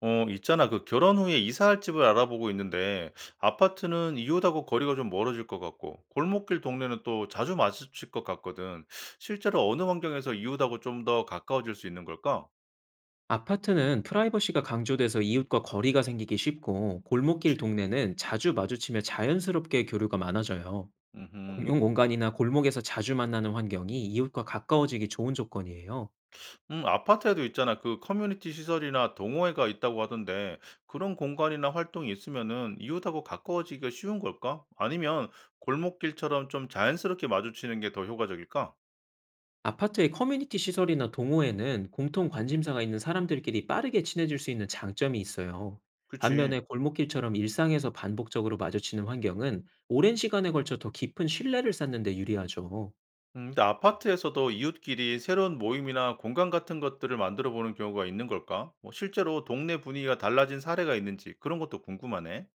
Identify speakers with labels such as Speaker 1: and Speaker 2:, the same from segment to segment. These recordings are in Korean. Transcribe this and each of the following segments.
Speaker 1: 어, 있잖아. 그 결혼 후에 이사할 집을 알아보고 있는데, 아파트는 이웃하고 거리가 좀 멀어질 것 같고, 골목길 동네는 또 자주 마주칠 것 같거든. 실제로 어느 환경에서 이웃하고 좀 더 가까워질 수 있는 걸까?
Speaker 2: 아파트는 프라이버시가 강조돼서 이웃과 거리가 생기기 쉽고, 골목길
Speaker 1: 그치.
Speaker 2: 동네는 자주 마주치며 자연스럽게 교류가 많아져요. 공용
Speaker 1: 음,
Speaker 2: 공간이나 골목에서 자주 만나는 환경이 이웃과 가까워지기 좋은 조건이에요.
Speaker 1: 아파트에도 있잖아. 그 커뮤니티 시설이나 동호회가 있다고 하던데, 그런 공간이나 활동이 있으면은 이웃하고 가까워지기가 쉬운 걸까? 아니면 골목길처럼 좀 자연스럽게 마주치는 게 더 효과적일까?
Speaker 2: 아파트의 커뮤니티 시설이나 동호회는 공통 관심사가 있는 사람들끼리 빠르게 친해질 수 있는 장점이 있어요. 반면에
Speaker 1: 그치.
Speaker 2: 골목길처럼 일상에서 반복적으로 마주치는 환경은 오랜 시간에 걸쳐 더 깊은 신뢰를 쌓는 데 유리하죠.
Speaker 1: 근데 아파트에서도 이웃끼리 새로운 모임이나 공간 같은 것들을 만들어 보는 경우가 있는 걸까? 뭐 실제로 동네 분위기가 달라진 사례가 있는지 그런 것도 궁금하네.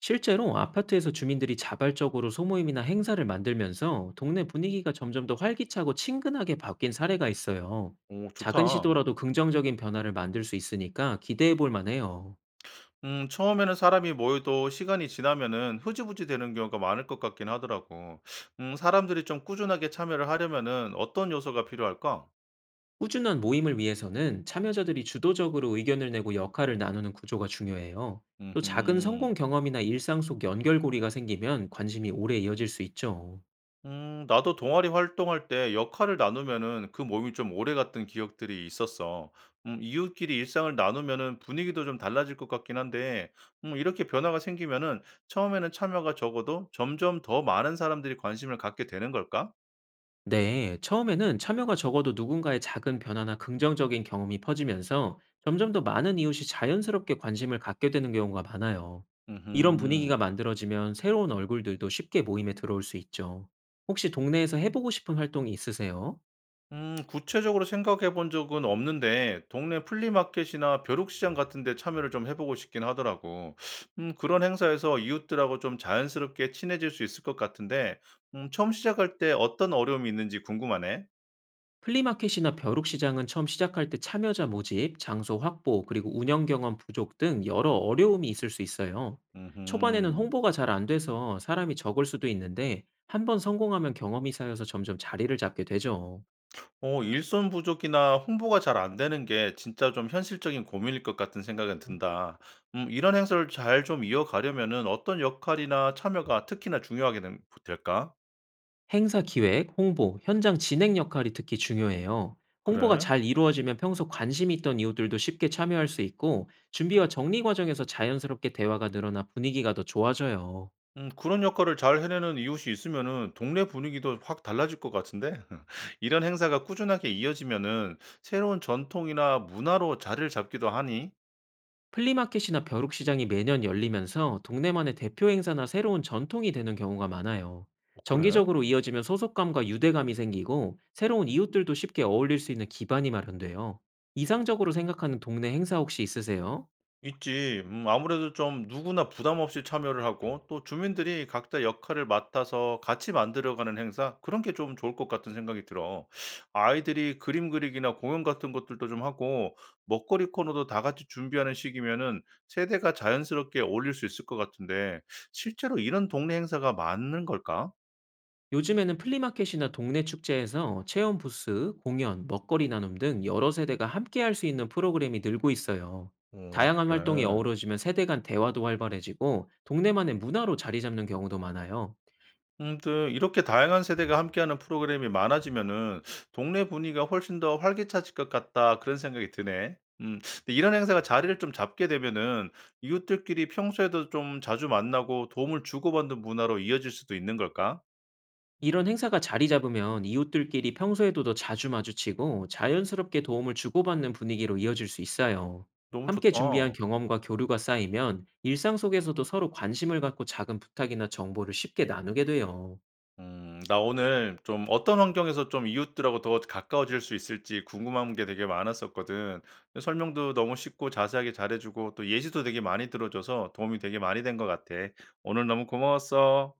Speaker 2: 실제로 아파트에서 주민들이 자발적으로 소모임이나 행사를 만들면서 동네 분위기가 점점 더 활기차고 친근하게 바뀐 사례가 있어요.
Speaker 1: 오,
Speaker 2: 작은
Speaker 1: 좋다.
Speaker 2: 시도라도 긍정적인 변화를 만들 수 있으니까 기대해 볼 만해요.
Speaker 1: 처음에는 사람이 모여도 시간이 지나면은 흐지부지 되는 경우가 많을 것 같긴 하더라고. 사람들이 좀 꾸준하게 참여를 하려면은 어떤 요소가 필요할까?
Speaker 2: 꾸준한 모임을 위해서는 참여자들이 주도적으로 의견을 내고 역할을 나누는 구조가 중요해요. 또 작은 성공
Speaker 1: 음흠.
Speaker 2: 경험이나 일상 속 연결고리가 생기면 관심이 오래 이어질 수 있죠.
Speaker 1: 나도 동아리 활동할 때 역할을 나누면은 그 모임이 좀 오래 갔던 기억들이 있었어. 이웃끼리 일상을 나누면은 분위기도 좀 달라질 것 같긴 한데, 이렇게 변화가 생기면은 처음에는 참여가 적어도 점점 더 많은 사람들이 관심을 갖게 되는 걸까?
Speaker 2: 네, 처음에는 참여가 적어도 누군가의 작은 변화나 긍정적인 경험이 퍼지면서 점점 더 많은 이웃이 자연스럽게 관심을 갖게 되는 경우가 많아요. 이런 분위기가
Speaker 1: 음,
Speaker 2: 만들어지면 새로운 얼굴들도 쉽게 모임에 들어올 수 있죠. 혹시 동네에서 해보고 싶은 활동이 있으세요?
Speaker 1: 구체적으로 생각해 본 적은 없는데, 동네 플리마켓이나 벼룩시장 같은 데 참여를 좀 해보고 싶긴 하더라고. 그런 행사에서 이웃들하고 좀 자연스럽게 친해질 수 있을 것 같은데, 처음 시작할 때 어떤 어려움이 있는지 궁금하네.
Speaker 2: 플리마켓이나 벼룩시장은 처음 시작할 때 참여자 모집, 장소 확보, 그리고 운영 경험 부족 등 여러 어려움이 있을 수 있어요. 초반에는
Speaker 1: 음,
Speaker 2: 홍보가 잘 안 돼서 사람이 적을 수도 있는데, 한 번 성공하면 경험이 쌓여서 점점 자리를 잡게 되죠.
Speaker 1: 어, 일손 부족이나 홍보가 잘 안 되는 게 진짜 좀 현실적인 고민일 것 같은 생각은 든다. 이런 행사를 잘 좀 이어가려면은 어떤 역할이나 참여가 특히나 중요하게 될까?
Speaker 2: 행사 기획, 홍보, 현장 진행 역할이 특히 중요해요. 홍보가
Speaker 1: 그래.
Speaker 2: 잘 이루어지면 평소 관심 있던 이웃들도 쉽게 참여할 수 있고, 준비와 정리 과정에서 자연스럽게 대화가 늘어나 분위기가 더 좋아져요.
Speaker 1: 그런 역할을 잘 해내는 이웃이 있으면은 동네 분위기도 확 달라질 것 같은데 이런 행사가 꾸준하게 이어지면은 새로운 전통이나 문화로 자리를 잡기도 하니?
Speaker 2: 플리마켓이나 벼룩시장이 매년 열리면서 동네만의 대표 행사나 새로운 전통이 되는 경우가 많아요.
Speaker 1: 어 그래?
Speaker 2: 정기적으로 이어지면 소속감과 유대감이 생기고, 새로운 이웃들도 쉽게 어울릴 수 있는 기반이 마련돼요. 이상적으로 생각하는 동네 행사 혹시 있으세요?
Speaker 1: 있지. 아무래도 좀 누구나 부담 없이 참여를 하고 또 주민들이 각자 역할을 맡아서 같이 만들어가는 행사 그런 게 좀 좋을 것 같은 생각이 들어. 아이들이 그림 그리기나 공연 같은 것들도 좀 하고 먹거리 코너도 다 같이 준비하는 식이면은 세대가 자연스럽게 어울릴 수 있을 것 같은데 실제로 이런 동네 행사가 많은 걸까?
Speaker 2: 요즘에는 플리마켓이나 동네 축제에서 체험 부스, 공연, 먹거리 나눔 등 여러 세대가 함께 할 수 있는 프로그램이 늘고 있어요.
Speaker 1: 어,
Speaker 2: 다양한 활동이
Speaker 1: 그래.
Speaker 2: 어우러지면 세대 간 대화도 활발해지고, 동네만의 문화로 자리 잡는 경우도 많아요.
Speaker 1: 또 이렇게 다양한 세대가 함께하는 프로그램이 많아지면은 '동네 분위기가 훨씬 더 활기차질 것 같다.' 그런 생각이 드네. 음. 근데 이런 행사가 자리를 좀 잡게 되면은 이웃들끼리 평소에도 좀 자주 만나고 도움을 주고받는 문화로 이어질 수도 있는 걸까?
Speaker 2: 이런 행사가 자리 잡으면 이웃들끼리 평소에도 더 자주 마주치고, 자연스럽게 도움을 주고받는 분위기로 이어질 수 있어요.
Speaker 1: 너무
Speaker 2: 함께 준비한
Speaker 1: 좋다.
Speaker 2: 경험과 교류가 쌓이면 일상 속에서도 서로 관심을 갖고, 작은 부탁이나 정보를 쉽게 나누게 돼요.
Speaker 1: 나 오늘 좀 어떤 환경에서 좀 이웃들하고 더 가까워질 수 있을지 궁금한 게 되게 많았었거든. 근데 설명도 너무 쉽고 자세하게 잘해주고 또 예시도 되게 많이 들어줘서 도움이 되게 많이 된 것 같아. 오늘 너무 고마웠어.